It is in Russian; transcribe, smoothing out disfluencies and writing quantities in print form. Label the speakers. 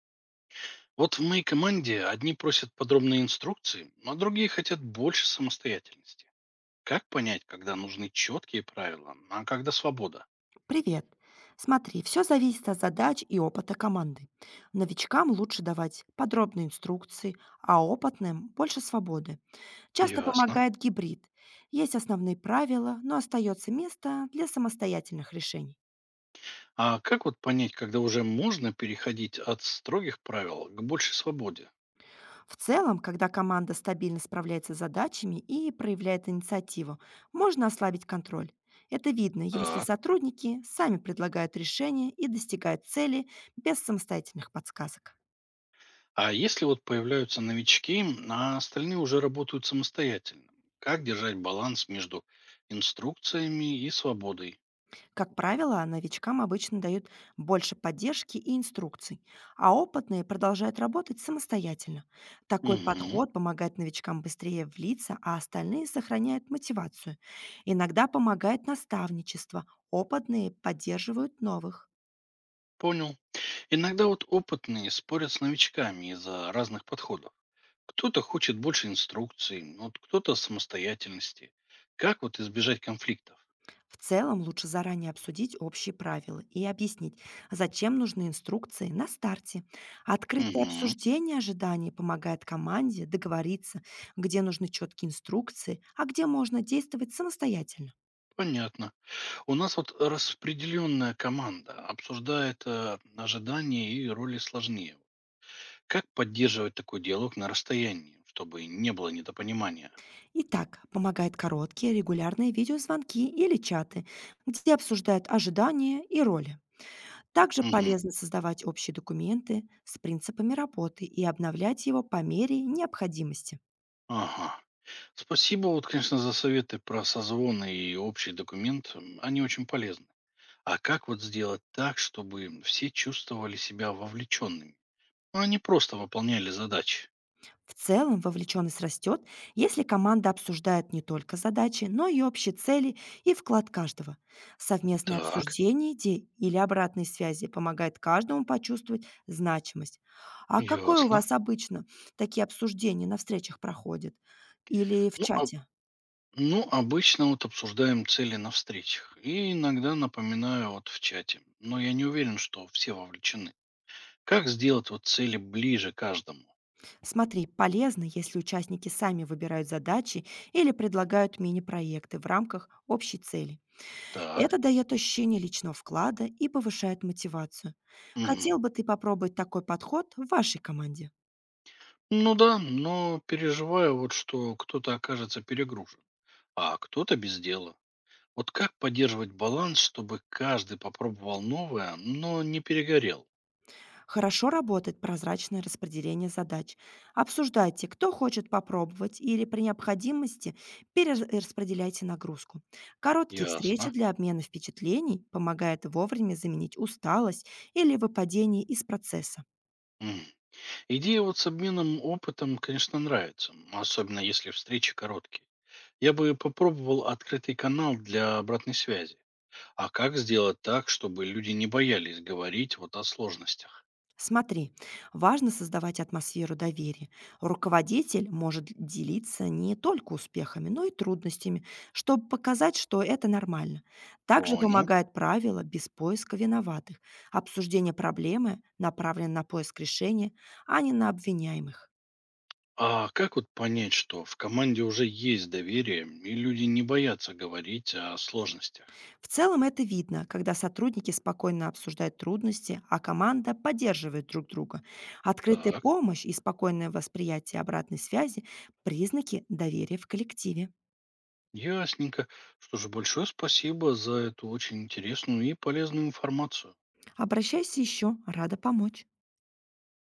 Speaker 1: Вот в моей команде одни просят подробные инструкции, а другие хотят больше самостоятельности. Как понять, когда нужны четкие правила, а когда свобода?
Speaker 2: Привет. Смотри, все зависит от задач и опыта команды. Новичкам лучше давать подробные инструкции, а опытным больше свободы. Часто
Speaker 1: Ясно.
Speaker 2: помогает гибрид. Есть основные правила, но остается место для самостоятельных решений.
Speaker 1: А как вот понять, когда уже можно переходить от строгих правил к большей свободе?
Speaker 2: В целом, когда команда стабильно справляется с задачами и проявляет инициативу, можно ослабить контроль. Это видно, если
Speaker 1: Так.
Speaker 2: сотрудники сами предлагают решения и достигают цели без самостоятельных подсказок.
Speaker 1: А если вот появляются новички, а остальные уже работают самостоятельно, как держать баланс между инструкциями и свободой?
Speaker 2: Как правило, новичкам обычно дают больше поддержки и инструкций, а опытные продолжают работать самостоятельно. Такой
Speaker 1: Угу.
Speaker 2: подход помогает новичкам быстрее влиться, а остальные сохраняют мотивацию. Иногда помогает наставничество, опытные поддерживают новых.
Speaker 1: Понял. Иногда вот опытные спорят с новичками из-за разных подходов. Кто-то хочет больше инструкций, вот кто-то самостоятельности. Как вот избежать конфликтов?
Speaker 2: В целом лучше заранее обсудить общие правила и объяснить, зачем нужны инструкции на старте. Открытое
Speaker 1: Мгм,
Speaker 2: обсуждение ожиданий помогает команде договориться, где нужны четкие инструкции, а где можно действовать самостоятельно.
Speaker 1: понятно. У нас вот распределенная команда обсуждает ожидания и роли сложнее. Как поддерживать такой диалог на расстоянии, чтобы не было недопонимания?
Speaker 2: Итак, помогают короткие регулярные видеозвонки или чаты, где обсуждают ожидания и роли. Также
Speaker 1: Мгм,
Speaker 2: полезно создавать общие документы с принципами работы и обновлять его по мере необходимости.
Speaker 1: ага. Спасибо, вот, конечно, за советы про созвоны и общий документ. Они очень полезны. А как вот сделать так, чтобы все чувствовали себя вовлеченными? Ну, они просто выполняли задачи.
Speaker 2: В целом вовлеченность растет, если команда обсуждает не только задачи, но и общие цели и вклад каждого. Совместное
Speaker 1: Так,
Speaker 2: обсуждение идей или обратной связи помогает каждому почувствовать значимость. А какое у
Speaker 1: ясно.
Speaker 2: вас обычно такие обсуждения на встречах проходят? Или в
Speaker 1: Ну, а,
Speaker 2: чате?
Speaker 1: ну, обычно вот обсуждаем цели на встречах. И иногда напоминаю вот в чате. Но я не уверен, что все вовлечены. Как сделать вот цели ближе каждому?
Speaker 2: Смотри, полезно, если участники сами выбирают задачи или предлагают мини-проекты в рамках общей цели.
Speaker 1: Так.
Speaker 2: Это дает ощущение личного вклада и повышает мотивацию.
Speaker 1: Мгм.
Speaker 2: Хотел бы ты попробовать такой подход в вашей команде?
Speaker 1: Ну да, но переживаю вот, что кто-то окажется перегружен, а кто-то без дела. Вот как поддерживать баланс, чтобы каждый попробовал новое, но не перегорел?
Speaker 2: Хорошо работает прозрачное распределение задач. Обсуждайте, кто хочет попробовать или при необходимости перераспределяйте нагрузку. Короткие встречи
Speaker 1: Ясно.
Speaker 2: для обмена впечатлений помогают вовремя заменить усталость или выпадение из процесса.
Speaker 1: Идея вот с обменом опытом, конечно, нравится, особенно если встречи короткие. Я бы попробовал открытый канал для обратной связи. А как сделать так, чтобы люди не боялись говорить вот о сложностях?
Speaker 2: Смотри, важно создавать атмосферу доверия. Руководитель может делиться не только успехами, но и трудностями, чтобы показать, что это нормально. Также
Speaker 1: Понял.
Speaker 2: помогает правило без поиска виноватых. Обсуждение проблемы направлено на поиск решения, а не на обвиняемых.
Speaker 1: А как вот понять, что в команде уже есть доверие, и люди не боятся говорить о сложностях?
Speaker 2: В целом это видно, когда сотрудники спокойно обсуждают трудности, а команда поддерживает друг друга. Открытая
Speaker 1: Так,
Speaker 2: помощь и спокойное восприятие обратной связи– признаки доверия в коллективе.
Speaker 1: ясненько. Что же, большое спасибо за эту очень интересную и полезную информацию.
Speaker 2: Обращайся еще, рада помочь.